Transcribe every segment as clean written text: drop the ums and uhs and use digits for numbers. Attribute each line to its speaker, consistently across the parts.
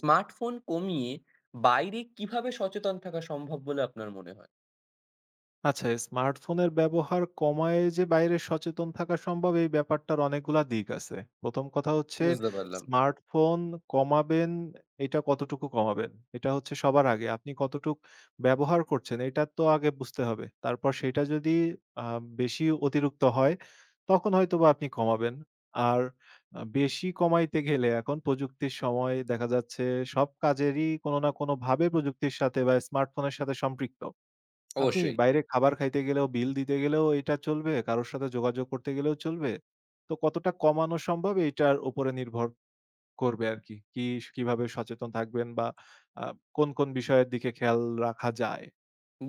Speaker 1: Smartphone কমিয়ে বাইরে কিভাবে সচেতন থাকা সম্ভব বলে আপনার মনে হয়?
Speaker 2: আচ্ছা, স্মার্টফোনের ব্যবহার কমায় যে বাইরে সচেতন থাকা সম্ভব এই ব্যাপারটার অনেকগুলা দিক আছে। ১ম কথা হচ্ছে
Speaker 1: বুঝতে পারলাম।
Speaker 2: স্মার্টফোন কমাবেন এটা কতটুকু কমাবেন? এটা হচ্ছে সবার আগে। আপনি কতটুক ব্যবহার করছেন এটা তো আগে বুঝতে হবে। তারপর সেটা যদি আ বেশি অতিরিক্ত হয় তখন হয়তোবা আপনি কমাবেন। আর বেশি কমাইতে গেলে এখন প্রযুক্তির সময় দেখা যাচ্ছে সব কাজেরই কোনো না কোনোভাবে প্রযুক্তির সাথে বা স্মার্টফোনের সাথে সম্পৃক্ত। আপনি
Speaker 1: অবশ্যই।
Speaker 2: বাইরে খাবার খাইতে গেলেও, বিল দিতে গেলেও এটা চলবে, কারো সাথে যোগাযোগ করতে গেলেও চলবে। তো কতটা কমানো সম্ভব এইটার উপরে নির্ভর করবে আরকি। কি কি কিভাবে সচেতন থাকবেন বা আ কোন, কোন বিষয়ের দিকে খেয়াল রাখা যায়?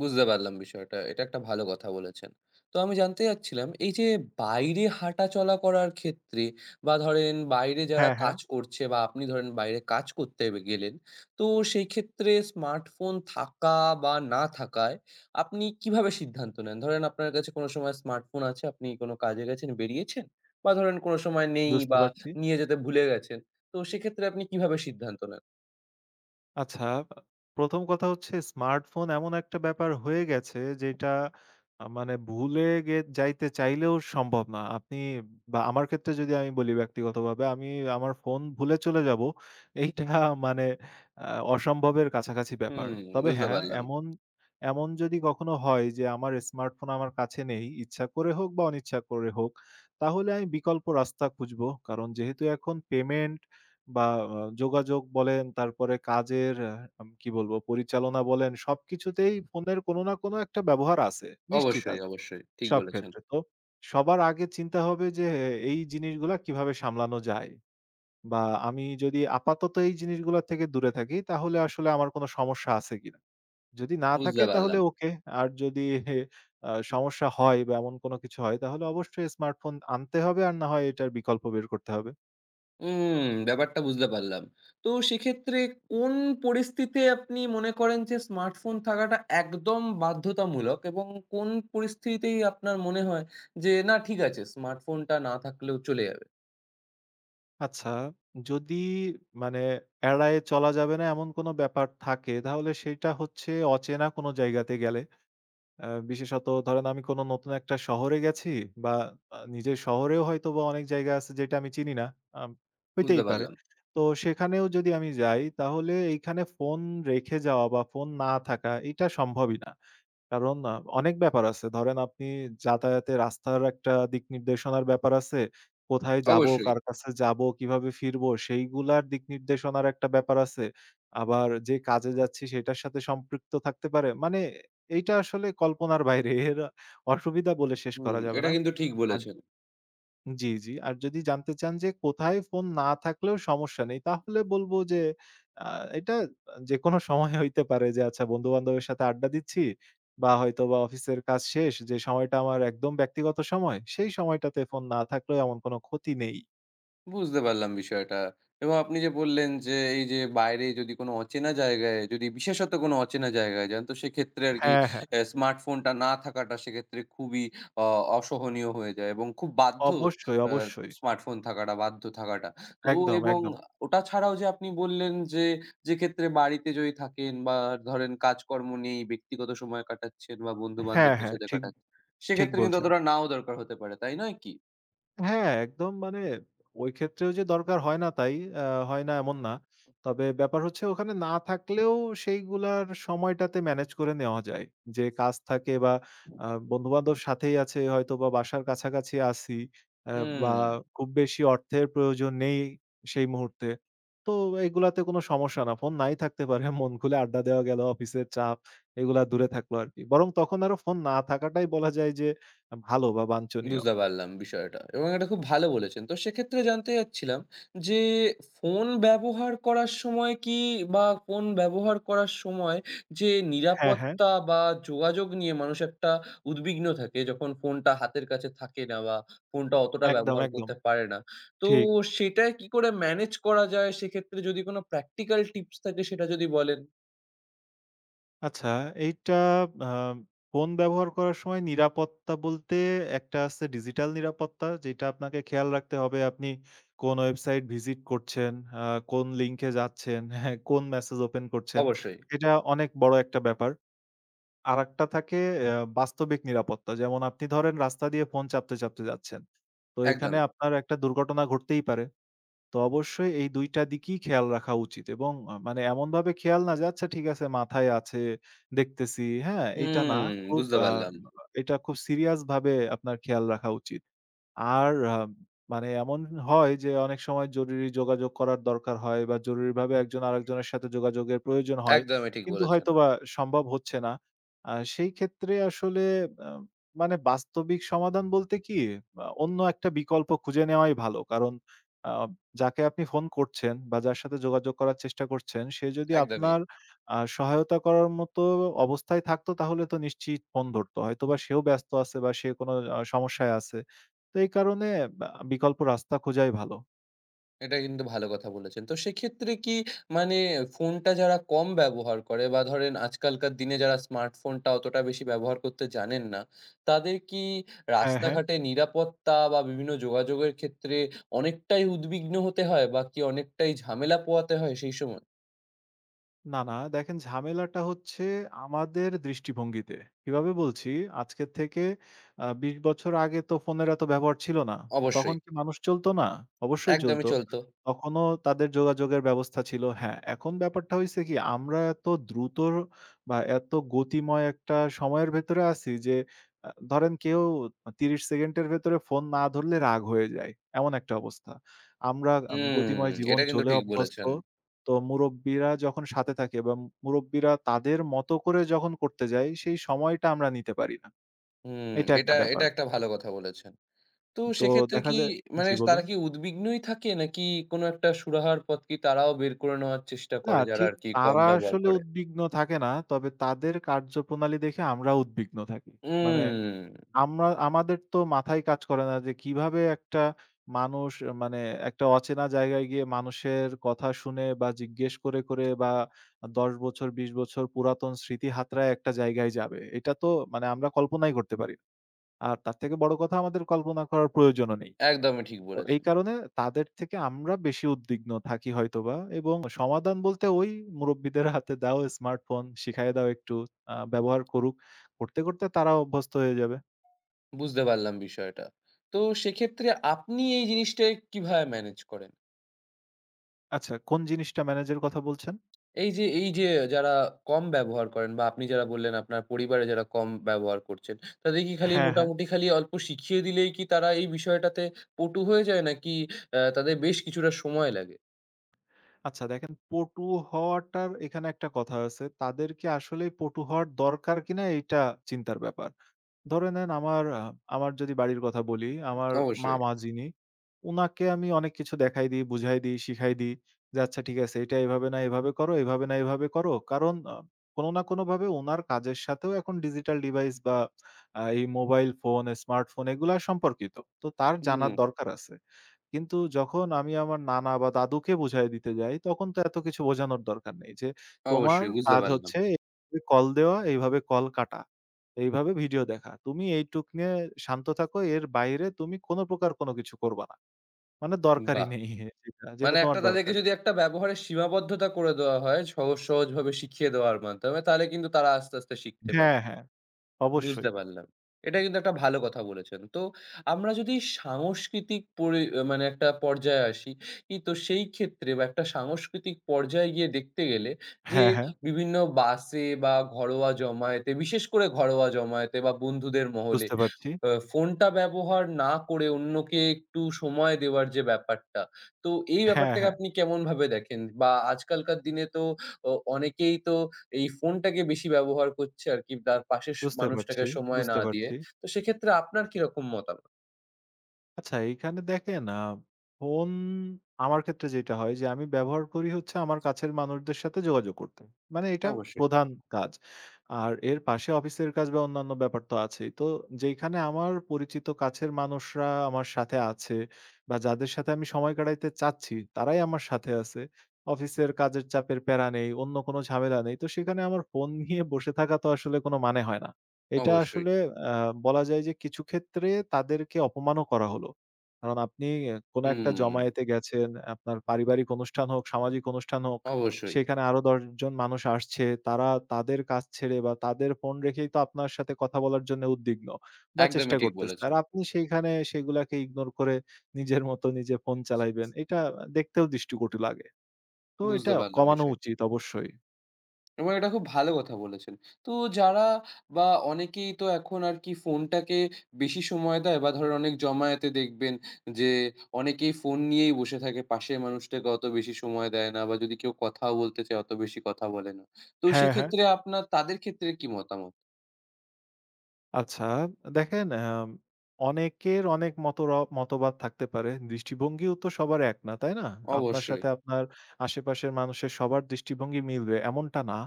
Speaker 1: বুঝতে পারলাম বিষয়টা। এটা একটা ভালো কথা বলেছেন। তো আমি জানতে চাচ্ছিলাম এই যে বাইরে হাঁটাচলা করার ক্ষেত্রে বা ধরেন বাইরে যারা
Speaker 2: হ্যাঁ, হ্যাঁ,
Speaker 1: কাজ করছে বা আপনি ধরেন বাইরে কাজ করতে গেলেন, তো সেই ক্ষেত্রে স্মার্টফোন থাকা বা না থাকায় আপনি কিভাবে সিদ্ধান্ত নেন? ধরেন আপনার কাছে কোনো সময় স্মার্টফোন আছে, আপনি কোনো কাজে গেছেন, বেরিয়েছেন বা ধরেন কোনো সময় নেই
Speaker 2: বুঝতে
Speaker 1: বা
Speaker 2: পারছি।
Speaker 1: নিয়ে যেতে ভুলে গেছেন। তো সেক্ষেত্রে আপনি কিভাবে সিদ্ধান্ত নেন?
Speaker 2: আচ্ছা, আ ১ম কথা হচ্ছে স্মার্টফোন এমন একটা ব্যাপার হয়ে গেছে যেটা মানে ভুলে যাইতে চাইলেও সম্ভব না। আপনি বা আমার ক্ষেত্রে যদি আমি বলি ব্যক্তিগতভাবে, আমি আমার ফোন ভুলে চলে যাব, এইটা মানে আ অসম্ভবের কাছাকাছি ব্যাপার।
Speaker 1: হুম,
Speaker 2: তবে
Speaker 1: বুঝতে
Speaker 2: হ্যাঁ,
Speaker 1: পারলাম।
Speaker 2: এমন এমন যদি কখনো হয় যে আমার স্মার্টফোন আমার কাছে নেই, ইচ্ছা করে হোক বা অনিচ্ছা করে হোক, তাহলে আমি বিকল্প রাস্তা খুঁজবো। কারণ যেহেতু এখন পেমেন্ট বা যোগাযোগ বলেন, তারপরে কাজের আ আম কি বলবো? পরিচালনা বলেন, সবকিছুতেই ফোনের কোনো না কোনো একটা ব্যবহার আছে। নিশ্চিত
Speaker 1: অবশ্যই,
Speaker 2: আছে।
Speaker 1: অবশ্যই। ঠিক
Speaker 2: সব
Speaker 1: বলেছেন।
Speaker 2: ক্ষেত্রে। তো সবার আগে চিন্তা হবে যে এই জিনিসগুলা কিভাবে সামলানো যায়? বা আমি যদি আপাতত এই জিনিসগুলা থেকে দূরে থাকি তাহলে আসলে আমার কোনো সমস্যা আছে কিনা? যদি না
Speaker 1: বুঝতে
Speaker 2: থাকে তাহলে
Speaker 1: পারলাম।
Speaker 2: ওকে। আর যদি সমস্যা হয় বা এমন কোনো কিছু হয় তাহলে অবশ্যই স্মার্টফোন আনতে হবে আর না হয় এটার বিকল্প বের করতে হবে।
Speaker 1: ব্যাপারটা বুঝতে পারলাম। তো সেক্ষেত্রে কোন পরিস্থিতিতে আপনি মনে করেন যে স্মার্টফোন থাকাটা একদম বাধ্যতামূলক এবং কোন পরিস্থিতিতেই আপনার মনে হয় যে না, ঠিক আছে, স্মার্টফোনটা না থাকলেও চলে যাবে?
Speaker 2: আচ্ছা, যদি মানে এড়ায়ে চলা যাবে না এমন কোনো ব্যাপার থাকে তাহলে সেটা হচ্ছে অচেনা কোনো জায়গাতে গেলে। আ বিশেষত ধরেন আমি কোনো নতুন একটা শহরে গেছি বা নিজের শহরেও হয়তোবা অনেক জায়গা আছে যেটা আমি চিনি না। আম
Speaker 1: বুঝতে
Speaker 2: হইতেই পারে।
Speaker 1: পারলাম।
Speaker 2: তো সেখানেও যদি আমি যাই তাহলে এইখানে ফোন রেখে যাওয়া বা ফোন না থাকা এটা সম্ভবই না। কারণ অনেক ব্যাপার আছে। ধরেন আপনি যাতায়াতে রাস্তার একটা দিক নির্দেশনার ব্যাপার আছে। কোথায় যাবো,
Speaker 1: অবশ্যই।
Speaker 2: কার কাছে যাবো, কিভাবে ফিরবো সেইগুলার দিক নির্দেশনার একটা ব্যাপার আছে। আবার যে কাজে যাচ্ছি সেটার সাথে সম্পৃক্ত থাকতে পারে। মানে এইটা আসলে কল্পনার বাইরে। এর অসুবিধা বলে শেষ করা
Speaker 1: হুম,
Speaker 2: যাবে
Speaker 1: এটা
Speaker 2: না।
Speaker 1: কিন্তু ঠিক
Speaker 2: আর
Speaker 1: বলেছেন।
Speaker 2: জি, জি। আর যদি জানতে চান যে কোথায় ফোন না থাকলেও সমস্যা নেই, তাহলে বলব যে আ এটা যেকোনো সময় হইতে পারে যে আচ্ছা বন্ধু-বান্ধবের সাথে আড্ডা দিচ্ছি বা হয়তোবা অফিসের কাজ শেষ যে সময়টা আমার একদম ব্যক্তিগত সময়, সেই সময়টাতে ফোন না থাকলেও এমন কোনো ক্ষতি নেই।
Speaker 1: বুঝতে পারলাম বিষয়টা। এবং আপনি যে বললেন যে, এই যে বাইরে যদি কোনো অচেনা জায়গায়, যদি বিশেষত কোনো অচেনা জায়গায় যান, তো সেক্ষেত্রে আরকি
Speaker 2: হ্যাঁ, হ্যাঁ।
Speaker 1: স্মার্টফোনটা না থাকাটা সেক্ষেত্রে খুবই অ অসহনীয় হয়ে যায় এবং খুব বাধ্য
Speaker 2: অবশ্যই,
Speaker 1: অ্যা
Speaker 2: অবশ্যই।
Speaker 1: স্মার্টফোন থাকাটা, বাধ্য থাকাটা। তো
Speaker 2: একদম,
Speaker 1: এবং
Speaker 2: একদম।
Speaker 1: ওটা ছাড়াও যে আপনি বললেন যে, যে ক্ষেত্রে বাড়িতে যদি থাকেন বা ধরেন কাজকর্ম নেই, ব্যক্তিগত সময় কাটাচ্ছেন বা
Speaker 2: হ্যাঁ,
Speaker 1: বন্ধু-বান্ধবদের
Speaker 2: হ্যাঁ।
Speaker 1: সাথে
Speaker 2: ঠিক,
Speaker 1: কাটাচ্ছেন,
Speaker 2: ঠিক
Speaker 1: সেক্ষেত্রে কিন্তু
Speaker 2: বলছেন।
Speaker 1: অতটা নাও দরকার হতে পারে। তাই নয় কি?
Speaker 2: হ্যাঁ, একদম মানে ওই ক্ষেত্রেও যে দরকার হয় না তাই, আ হয় না এমন না। তবে ব্যাপার হচ্ছে ওখানে না থাকলেও সেইগুলার সময়টাতে ম্যানেজ করে নেওয়া যায়। যে কাজ থাকে বা বন্ধু-বান্ধব সাথেই আছে হয়তোবা বাসার কাছাকাছি আছি আ বা
Speaker 1: হুম।
Speaker 2: খুব বেশি অর্থের প্রয়োজন নেই সেই মুহূর্তে। তো এগুলাতে কোনো সমস্যা না। ফোন নাই থাকতে পারে। মন খুলে আড্ডা দেওয়া গেল, অফিসের চাপ এগুলা দূরে থাকলো আরকি। বরং তখন আরো ফোন না থাকাটাই বলা যায় যে ভালো বা বাঞ্ছনীয়।
Speaker 1: বুঝতে পারলাম বিষয়টা এবং এটা খুব ভালো বলেছেন। তো সেক্ষেত্রে জানতে চাচ্ছিলাম যে, ফোন ব্যবহার করার সময় কি, বা ফোন ব্যবহার করার সময় যে
Speaker 2: হ্যাঁ, হ্যাঁ।
Speaker 1: নিরাপত্তা বা যোগাযোগ নিয়ে মানুষ একটা উদ্বিগ্ন থাকে যখন ফোনটা হাতের কাছে থাকে না বা ফোনটা অতটা
Speaker 2: একদম,
Speaker 1: ব্যবহার
Speaker 2: একদম।
Speaker 1: করতে পারে না। তো
Speaker 2: ঠিক।
Speaker 1: সেটা কি করে ম্যানেজ করা যায়? সেক্ষেত্রে যদি কোনো প্র্যাকটিক্যাল টিপস থাকে সেটা যদি বলেন?
Speaker 2: আচ্ছা এইটা আ ফোন ব্যবহার করার সময় নিরাপত্তা বলতে একটা আছে ডিজিটাল নিরাপত্তা যেটা আপনাকে খেয়াল রাখতে হবে আপনি কোন ওয়েবসাইট ভিজিট করছেন, আ কোন লিঙ্কে যাচ্ছেন, হ্যাঁ, কোন মেসেজ ওপেন করছেন।
Speaker 1: অবশ্যই,
Speaker 2: এটা অনেক বড় একটা ব্যাপার। আরেকটা থাকে অ্যা বাস্তবিক নিরাপত্তা। যেমন আপনি ধরেন রাস্তা দিয়ে ফোন চাপতে, চাপতে যাচ্ছেন। তো এখানে
Speaker 1: একদমই।
Speaker 2: আপনার একটা দুর্ঘটনা ঘটতেই পারে। তো অবশ্যই এই ২ টা দিকই খেয়াল রাখা উচিত এবং মানে এমনভাবে খেয়াল না যে আচ্ছা ঠিক আছে মাথায় আছে, দেখতেছি, হ্যাঁ? এইটা না।
Speaker 1: হুম,
Speaker 2: খুব
Speaker 1: বুঝতে
Speaker 2: আ
Speaker 1: পারলাম।
Speaker 2: এটা খুব সিরিয়াস ভাবে আপনার খেয়াল রাখা উচিত। আর মানে এমন হয় যে অনেক সময় জরুরি যোগাযোগ করার দরকার হয় বা জরুরিভাবে একজন আরেকজনের সাথে যোগাযোগের প্রয়োজন হয়।
Speaker 1: একদমই ঠিক
Speaker 2: কিন্তু
Speaker 1: বলেছেন।
Speaker 2: হয়তোবা সম্ভব হচ্ছে না। সেই ক্ষেত্রে আসলে আ মানে বাস্তবিক সমাধান বলতে কি অন্য একটা বিকল্প খুঁজে নেওয়াই ভালো। কারণ আ যাকে আপনি ফোন করছেন বা যার সাথে যোগাযোগ করার চেষ্টা করছেন, সে যদি
Speaker 1: একদমই।
Speaker 2: আপনার সহায়তা করার মতো অবস্থায় থাকতো তাহলে তো নিশ্চিত ফোন ধরত। হয়তোবা সেও ব্যস্ত আছে বা সে কোনো সমস্যায় আছে। তো এই কারণে বা বিকল্প রাস্তা খোঁজাই ভালো।
Speaker 1: এটা কিন্তু ভালো কথা বলেছেন। তো সেক্ষেত্রে কি, মানে ফোনটা যারা কম ব্যবহার করে বা ধরেন আজকালকার দিনে যারা স্মার্টফোনটা অতটা বেশি ব্যবহার করতে জানেন না, তাদের কি
Speaker 2: হ্যাঁ, হ্যাঁ।
Speaker 1: রাস্তাঘাটে নিরাপত্তা বা বিভিন্ন যোগাযোগের ক্ষেত্রে অনেকটাই উদ্বিগ্ন হতে হয় বা কি অনেকটাই ঝামেলা পোহাতে হয় সেই সময়?
Speaker 2: না, না। দেখেন ঝামেলাটা হচ্ছে আমাদের দৃষ্টিভঙ্গিতে। কিভাবে বলছি? আজকের থেকে ২০ বছর আগে তো ফোনের এত ব্যবহার ছিল না। তো তখন
Speaker 1: অবশ্যই।
Speaker 2: কি মানুষ চলত না? অবশ্যই চলত।
Speaker 1: একদমই চলত।
Speaker 2: তখনও তাদের যোগাযোগের ব্যবস্থা ছিল। হ্যাঁ, এখন ব্যাপারটা হইছে কি? আমরা এত দ্রুত বা এত গতিময় একটা সময়ের ভেতরে আছি যে ধরেন কেউ ৩০ সেকেন্ডের ভেতরে ফোন না ধরলে রাগ হয়ে যায়। এমন একটা অবস্থা। আমরা
Speaker 1: হুম,
Speaker 2: গতিময় জীবন
Speaker 1: এটা কিন্তু
Speaker 2: চলে
Speaker 1: ঠিক
Speaker 2: অভ্যস্ত।
Speaker 1: বলেছেন।
Speaker 2: তো মুরব্বিরা যখন সাথে থাকে বা মুরব্বিরা তাদের মতো করে যখন করতে যায়, সেই সময়টা আমরা নিতে পারি না।
Speaker 1: হুম,
Speaker 2: এটা
Speaker 1: এটা,
Speaker 2: একটা
Speaker 1: এটা
Speaker 2: ব্যাপার।
Speaker 1: একটা ভালো কথা বলেছেন। তো
Speaker 2: তো
Speaker 1: সেক্ষেত্রে
Speaker 2: দেখা
Speaker 1: কি,
Speaker 2: যায়
Speaker 1: মানে
Speaker 2: জি, বলুন।
Speaker 1: তারা কি উদ্বিগ্নই থাকে? নাকি কোনো একটা সুরাহার পথ কি তারাও বের করে নেওয়ার চেষ্টা
Speaker 2: না,
Speaker 1: করে, যারা
Speaker 2: ঠিক
Speaker 1: আরকি কম
Speaker 2: তারা
Speaker 1: ব্যবহার
Speaker 2: আসলে
Speaker 1: করে?
Speaker 2: উদ্বিগ্ন থাকে না। তবে তাদের কার্যপ্রণালী দেখে আমরা উদ্বিগ্ন থাকি। মানে
Speaker 1: উম
Speaker 2: আমরা আমাদের তো মাথায় কাজ করে না যে কিভাবে একটা মানুষ মানে একটা অচেনা জায়গায় গিয়ে মানুষের কথা শুনে বা জিজ্ঞেস করে, করে বা ১০ বছর ২০ বছর পুরাতন স্মৃতি হাতড়ায় একটা জায়গায় যাবে। এটা তো মানে আমরা কল্পনাই করতে পারি না। আর তার থেকে বড় কথা আমাদের কল্পনা করার প্রয়োজনও নেই।
Speaker 1: একদমই ঠিক
Speaker 2: তো এই
Speaker 1: বলেছেন।
Speaker 2: কারণে তাদের থেকে আমরা বেশি উদ্বিগ্ন থাকি হয়তোবা এবং সমাধান বলতে ওই মুরব্বিদের হাতে দাও স্মার্টফোন, শিখাইয়া দাও একটু ব্যবহার করুক। করতে, করতে তারাও অভ্যস্ত হয়ে যাবে।
Speaker 1: বুঝতে পারলাম বিষয়টা। তো সেক্ষেত্রে আপনি এই জিনিসটায় কিভাবে ম্যানেজ করেন?
Speaker 2: আচ্ছা, কোন জিনিসটা ম্যানেজের কথা বলছেন?
Speaker 1: এই যে যারা কম ব্যবহার করেন বা আপনি যারা বললেন আপনার পরিবারে যারা কম ব্যবহার করছেন, তাদের কি খালি
Speaker 2: হ্যাঁ, হ্যাঁ।
Speaker 1: মোটামুটি খালি অল্প শিখিয়ে দিলেই কি তারা এই বিষয়টাতে পটু হয়ে যায়? নাকি তাদের বেশ কিছুটা সময় লাগে?
Speaker 2: আচ্ছা দেখেন পটু হওয়াটার এখানে একটা কথা আছে। তাদেরকে আসলেই পটু হওয়ার দরকার কিনা এইটা চিন্তার ব্যাপার। ধরে নেন আমার আমার যদি বাড়ির কথা বলি, আমার
Speaker 1: অবশ্যই।
Speaker 2: মামা যিনি, উনাকে আমি অনেক কিছু দেখাই দিই, বুঝাই দিই, শিখাই দিই যে, "আচ্ছা ঠিক আছে এটা এভাবে না এভাবে করো, এভাবে না এভাবে করো।" কারণ কোনো না কোনোভাবে উনার কাজের সাথেও এখন ডিজিটাল ডিভাইস বা এই মোবাইল ফোন, স্মার্টফোন এগুলা সম্পর্কিত। তো তার জানার
Speaker 1: হুম।
Speaker 2: দরকার আছে। কিন্তু যখন আমি আমার নানা বা দাদুকে বুঝায় দিতে যাই, তখন তো এত কিছু বোঝানোর দরকার নেই যে, "তোমার
Speaker 1: অবশ্যই বুঝতে
Speaker 2: কাজ
Speaker 1: পারলাম।
Speaker 2: হচ্ছে এভাবে কল দেওয়া, এইভাবে কল কাটা, এইভাবে ভিডিও দেখা। তুমি এইটুক নিয়ে শান্ত থাকো। এর বাইরে তুমি কোন প্রকার কোন কিছু করবা না।" মানে দরকারই
Speaker 1: বাহ!
Speaker 2: নেই যেটা, যেটা
Speaker 1: মানে
Speaker 2: তোমার
Speaker 1: একটা তাদেরকে
Speaker 2: দরকার নেই।
Speaker 1: যদি একটা ব্যবহারের সীমাবদ্ধতা করে দেওয়া হয় সহজ, সহজভাবে শিখিয়ে দেওয়ার মাধ্যমে, তাহলে কিন্তু তারা আস্তে, আস্তে শিখতে পারে।
Speaker 2: হ্যাঁ, হ্যাঁ, অবশ্যই।
Speaker 1: বুঝতে পারলাম। এটা কিন্তু একটা ভালো কথা বলেছেন। তো আমরা যদি সাংস্কৃতিক পরি মানে একটা পর্যায়ে আসি, তো সেই ক্ষেত্রে বা একটা সাংস্কৃতিক পর্যায়ে গিয়ে দেখতে গেলে যে
Speaker 2: হ্যাঁ, হ্যাঁ,
Speaker 1: বিভিন্ন বাসে বা ঘরোয়া জমায়েতে, বিশেষ করে ঘরোয়া জমায়েতে বা বন্ধুদের মহলে
Speaker 2: বুঝতে পারছি।
Speaker 1: ফোনটা ব্যবহার না করে অন্যকে একটু সময় দেওয়ার যে ব্যাপারটা, তো এই
Speaker 2: হ্যাঁ,
Speaker 1: ব্যাপারটাকে
Speaker 2: হ্যাঁ,
Speaker 1: আপনি কেমনভাবে দেখেন? বা আজকালকার দিনে তো অনেকেই তো এই ফোনটাকে বেশি ব্যবহার করছে আরকি, তার পাশের
Speaker 2: বুঝতে
Speaker 1: মানুষটাকে
Speaker 2: পারছি,
Speaker 1: সময় না
Speaker 2: বুঝতে
Speaker 1: দিয়ে।
Speaker 2: পারছি।
Speaker 1: তো সেক্ষেত্রে আপনার কিরকম মতামত?
Speaker 2: আচ্ছা, এইখানে দেখেন ফোন আমার ক্ষেত্রে যেটা হয় যে আমি ব্যবহার করি হচ্ছে আমার কাছের মানুষদের সাথে যোগাযোগ করতে। মানে এটা
Speaker 1: অবশ্যই,
Speaker 2: প্রধান কাজ। আর এর পাশে অফিসের কাজ বা অন্যান্য ব্যাপার তো আছেই। তো যেইখানে আমার পরিচিত কাছের মানুষরা আমার সাথে আছে বা যাদের সাথে আমি সময় কাটাইতে চাচ্ছি তারাই আমার সাথে আছে। অফিসের কাজের চাপের প্যারা নেই, অন্য কোনো ঝামেলা নেই। তো সেখানে আমার ফোন নিয়ে বসে থাকা তো আসলে কোনো মানে হয় না। এটা
Speaker 1: অবশ্যই।
Speaker 2: আসলে বলা যায় যে কিছু ক্ষেত্রে তাদেরকে অপমানও করা হলো। কারণ আপনি এ কোনো একটা
Speaker 1: হুম,
Speaker 2: জমায়েতে গেছেন, আপনার পারিবারিক অনুষ্ঠান হোক, সামাজিক অনুষ্ঠান হোক,
Speaker 1: অবশ্যই।
Speaker 2: সেখানে আরো ১০ জন মানুষ আসছে। তারা তাদের কাজ ছেড়ে বা তাদের ফোন রেখেই তো আপনার সাথে কথা বলার জন্য উদ্বিগ্ন বা চেষ্টা
Speaker 1: একদমই ঠিক
Speaker 2: করতেছে। আর
Speaker 1: বলেছেন।
Speaker 2: আপনি সেইখানে সেগুলাকে ইগনোর করে নিজের মতো নিজে ফোন চালাইবেন। এটা দেখতেও দৃষ্টিকটু লাগে। তো এটা
Speaker 1: বুঝতে পারলাম
Speaker 2: কমানো
Speaker 1: বিষয়।
Speaker 2: উচিত অবশ্যই।
Speaker 1: এবং এটা খুব ভালো কথা বলেছেন। তো যারা, বা অনেকেই তো এখন আরকি ফোনটাকে বেশি সময় দেয় বা ধরেন অনেক জমায়েতে দেখবেন যে অনেকেই ফোন নিয়েই বসে থাকে। পাশের মানুষটাকে অত বেশি সময় দেয় না, বা যদি কেউ কথাও বলতে চায় অত বেশি কথা বলে না। তো
Speaker 2: হ্যাঁ, হ্যাঁ।
Speaker 1: সেক্ষেত্রে আপনার তাদের ক্ষেত্রে কি মতামত?
Speaker 2: আচ্ছা, দেখেন অনেকের অনেক মতবাদ থাকতে পারে। দৃষ্টিভঙ্গিও তো সবার এক না, তাই না? আপনার
Speaker 1: অবশ্যই
Speaker 2: সাথে আপনার আশেপাশের মানুষের সবার দৃষ্টিভঙ্গি মিলবে এমনটা না।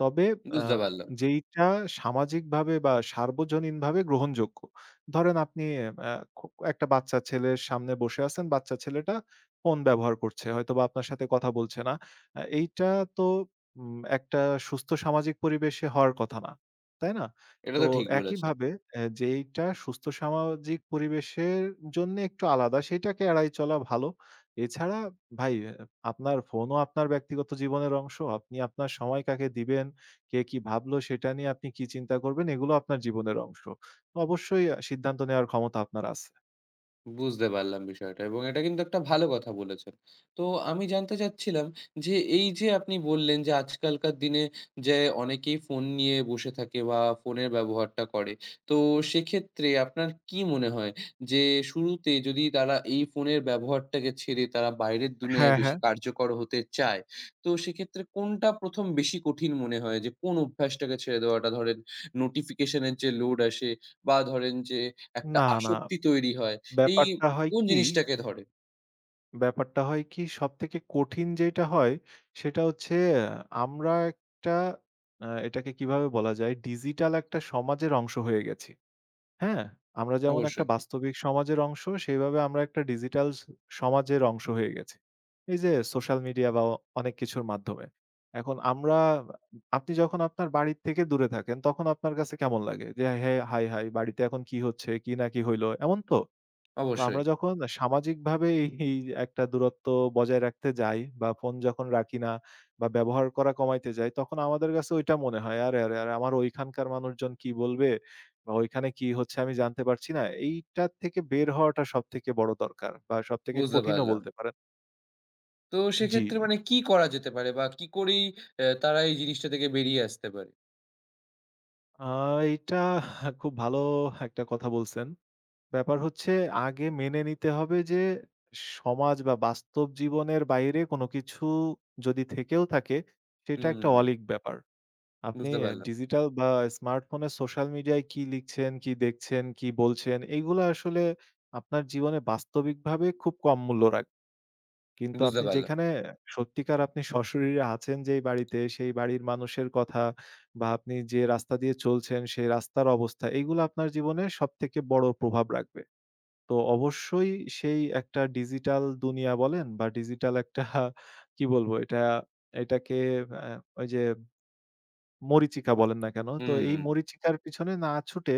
Speaker 2: তবে আ
Speaker 1: বুঝতে পারলাম।
Speaker 2: যেইটা সামাজিকভাবে বা সার্বজনীনভাবে গ্রহণযোগ্য। ধরেন আপনি আ খু একটা বাচ্চা ছেলের সামনে বসে আছেন, বাচ্চা ছেলেটা ফোন ব্যবহার করছে। হয়তোবা আপনার সাথে কথা বলছে না। এইটা তো একটা সুস্থ সামাজিক পরিবেশে হওয়ার কথা না, তাই না?
Speaker 1: এটা
Speaker 2: তো
Speaker 1: তো ঠিক বলেছেন।
Speaker 2: একইভাবে যেইটা সুস্থ সামাজিক পরিবেশের জন্যে একটু আলাদা সেটাকে এড়াই চলা ভালো। এছাড়া ভাই আপনার ফোনও আপনার ব্যক্তিগত জীবনের অংশ। আপনি আপনার সময় কাকে দিবেন, কে কি ভাবলো সেটা নিয়ে আপনি কি চিন্তা করবেন এগুলো আপনার জীবনের অংশ। তো অবশ্যই সিদ্ধান্ত নেওয়ার ক্ষমতা আপনার আছে।
Speaker 1: বুঝতে পারলাম বিষয়টা এবং এটা কিন্তু একটা ভালো কথা বলেছেন। তো আমি জানতে চাচ্ছিলাম যে এই যে আপনি বললেন যে আজকালকার দিনে যে অনেকেই ফোন নিয়ে বসে থাকে বা ফোনের ব্যবহারটা করে। তো সেক্ষেত্রে আপনার কি মনে হয় যে শুরুতে যদি তারা এই ফোনের ব্যবহারটাকে ছেড়ে তারা বাইরের দুনিয়ায়
Speaker 2: হ্যাঁ,
Speaker 1: বেশি
Speaker 2: হ্যাঁ।
Speaker 1: কার্যকর হতে চায়, তো সেক্ষেত্রে কোনটা ১ম বেশি কঠিন মনে হয় যে কোন অভ্যাসটাকে ছেড়ে দেওয়াটা? ধরেন নোটিফিকেশন এর যে লোড আসে বা ধরেন যে একটা
Speaker 2: না, না
Speaker 1: আসক্তি তৈরি হয়, এই
Speaker 2: ব্যাপারটা হয়
Speaker 1: কোন
Speaker 2: কি
Speaker 1: জিনিসটাকে ধরে?
Speaker 2: ব্যাপারটা হয় কি? সবথেকে কঠিন যেইটা হয়, সেটা হচ্ছে আহ, আমরা একটা এটাকে কিভাবে বলা যায়? ডিজিটাল একটা সমাজের অংশ হয়ে গেছি। হ্যাঁ? আমরা যেমন একটা
Speaker 1: অবশ্যই,
Speaker 2: বাস্তবিক সমাজের অংশ, সেভাবে আমরা একটা ডিজিটাল সমাজের অংশ হয়ে গেছি। এই যে সোশ্যাল মিডিয়া বা অনেক কিছুর মাধ্যমে। এখন আমরা আপনি যখন আপনার বাড়ির থেকে দূরে থাকেন, তখন আপনার কাছে কেমন লাগে? যে, "হ্যাঁ, হায়, হায়! বাড়িতে এখন কি হচ্ছে? কি না কি হইলো?" এমন তো? তো
Speaker 1: অবশ্যই।
Speaker 2: আমরা যখন সামাজিকভাবে এই এই একটা দূরত্ব বজায় রাখতে যাই বা ফোন যখন রাখি না বা ব্যবহার করা কমাইতে যাই, তখন আমাদের কাছে ওইটা মনে হয়, "আরে, আরে, আরে আমার ওইখানকার মানুষজন কি বলবে বা ওইখানে কি হচ্ছে আমি জানতে পারছি না।" এইটার থেকে বের হওয়াটা সবথেকে বড় দরকার বা সবথেকে
Speaker 1: বুঝতে
Speaker 2: কঠিনও
Speaker 1: পারলাম।
Speaker 2: বলতে পারেন।
Speaker 1: তো
Speaker 2: জি।
Speaker 1: সেক্ষেত্রে মানে কি করা যেতে পারে বা কি করেই তারা এই জিনিসটা থেকে বেরিয়ে আসতে পারে?
Speaker 2: আ এইটা খুব ভালো একটা কথা বলছেন। ব্যাপার হচ্ছে আগে মেনে নিতে হবে যে সমাজ বা বাস্তব জীবনের বাইরে কোনো কিছু যদি থেকেও থাকে সেটা
Speaker 1: হুম,
Speaker 2: একটা
Speaker 1: হুম,
Speaker 2: অলীক ব্যাপার। আপনি
Speaker 1: বুঝতে পারলাম,
Speaker 2: ডিজিটাল বা স্মার্টফোনে সোশ্যাল মিডিয়ায় কি লিখছেন, কি দেখছেন, কি বলছেন এগুলো আসলে আপনার জীবনে বাস্তবিকভাবে খুব কম মূল্য রাখে। কিন্তু
Speaker 1: বুঝতে
Speaker 2: আপনি
Speaker 1: পারলাম।
Speaker 2: যেখানে সত্যিকার আপনি সশরীরে আছেন যেই বাড়িতে সেই বাড়ির মানুষের কথা বা আপনি যে রাস্তা দিয়ে চলছেন সেই রাস্তার অবস্থা এগুলো আপনার জীবনে সবথেকে বড় প্রভাব রাখবে। তো অবশ্যই সেই একটা ডিজিটাল দুনিয়া বলেন বা ডিজিটাল একটা কি বলবো এটা এটাকে আ ওই যে মরিচিকা বলেন না কেন? তো এই
Speaker 1: হুম,
Speaker 2: মরিচিকার পিছনে না ছুটে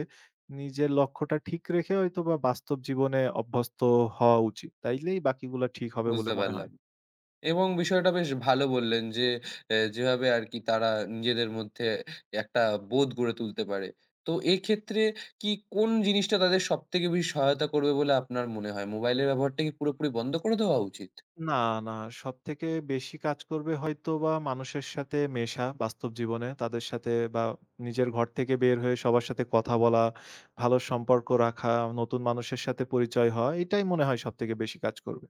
Speaker 2: নিজের লক্ষ্যটা ঠিক রেখে হয়তোবা বাস্তব জীবনে অভ্যস্ত হওয়া উচিত। তাইলেই বাকিগুলা ঠিক হবে বলে
Speaker 1: বুঝতে
Speaker 2: মনে
Speaker 1: পারলাম।
Speaker 2: হয়।
Speaker 1: এবং বিষয়টা বেশ ভালো বললেন যে যেভাবে আরকি তারা নিজেদের মধ্যে একটা বোধ গড়ে তুলতে পারে। তো এক্ষেত্রে কি কোন জিনিসটা তাদের সবথেকে বেশি সহায়তা করবে বলে আপনার মনে হয়? মোবাইলের ব্যবহারটা কি পুরোপুরি বন্ধ করে দেওয়া উচিত?
Speaker 2: না, না। সবথেকে বেশি কাজ করবে হয়তোবা মানুষের সাথে মেশা বাস্তব জীবনে। তাদের সাথে বা নিজের ঘর থেকে বের হয়ে সবার সাথে কথা বলা, ভালো সম্পর্ক রাখা, নতুন মানুষের সাথে পরিচয় হওয়া। এটাই মনে হয় সবথেকে বেশি কাজ করবে।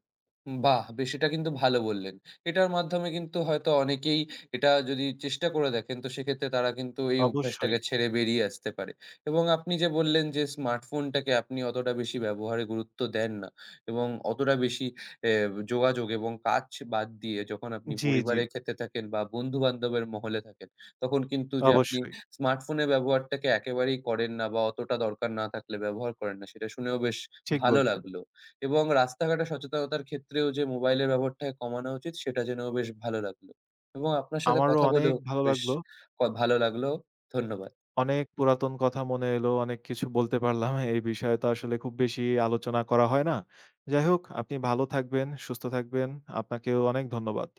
Speaker 1: বাহ! বেশ, এটা কিন্তু ভালো বললেন। এটার মাধ্যমে কিন্তু হয়তো অনেকেই এটা যদি চেষ্টা করে দেখেন তো সেক্ষেত্রে তারা কিন্তু এই
Speaker 2: অবশ্যই।
Speaker 1: অভ্যাসটাকে ছেড়ে বেরিয়ে আসতে পারে। এবং আপনি যে বললেন যে স্মার্টফোনটাকে আপনি অতটা বেশি ব্যবহারে গুরুত্ব দেন না এবং অতটা বেশি এ যোগাযোগ এবং কাজ বাদ দিয়ে যখন আপনি
Speaker 2: জি, জি।
Speaker 1: পরিবারের ক্ষেত্রে থাকেন বা বন্ধু-বান্ধবের মহলে থাকেন, তখন কিন্তু যে আপনি
Speaker 2: অবশ্যই।
Speaker 1: স্মার্টফোনের ব্যবহারটাকে একেবারেই করেন না বা অতটা দরকার না থাকলে ব্যবহার করেন না সেটা শুনেও বেশ
Speaker 2: ঠিক
Speaker 1: ভালো
Speaker 2: বলছেন।
Speaker 1: লাগলো। এবং রাস্তাঘাটে সচেতনতার ক্ষেত্রেও যে মোবাইলের ব্যবহারটা কমানো উচিত সেটা জেনেও বেশ ভালো লাগলো। এবং আপনার সাথে
Speaker 2: আমারও
Speaker 1: কথা
Speaker 2: অনেক
Speaker 1: বলেও
Speaker 2: ভালো
Speaker 1: বেশ
Speaker 2: লাগলো।
Speaker 1: ভালো লাগলো। ধন্যবাদ।
Speaker 2: অনেক পুরাতন কথা মনে এলো। অনেক কিছু বলতে পারলাম। এই বিষয়ে তো আসলে খুব বেশি আলোচনা করা হয় না। যাই হোক আপনি ভালো থাকবেন, সুস্থ থাকবেন। আপনাকেও অনেক ধন্যবাদ।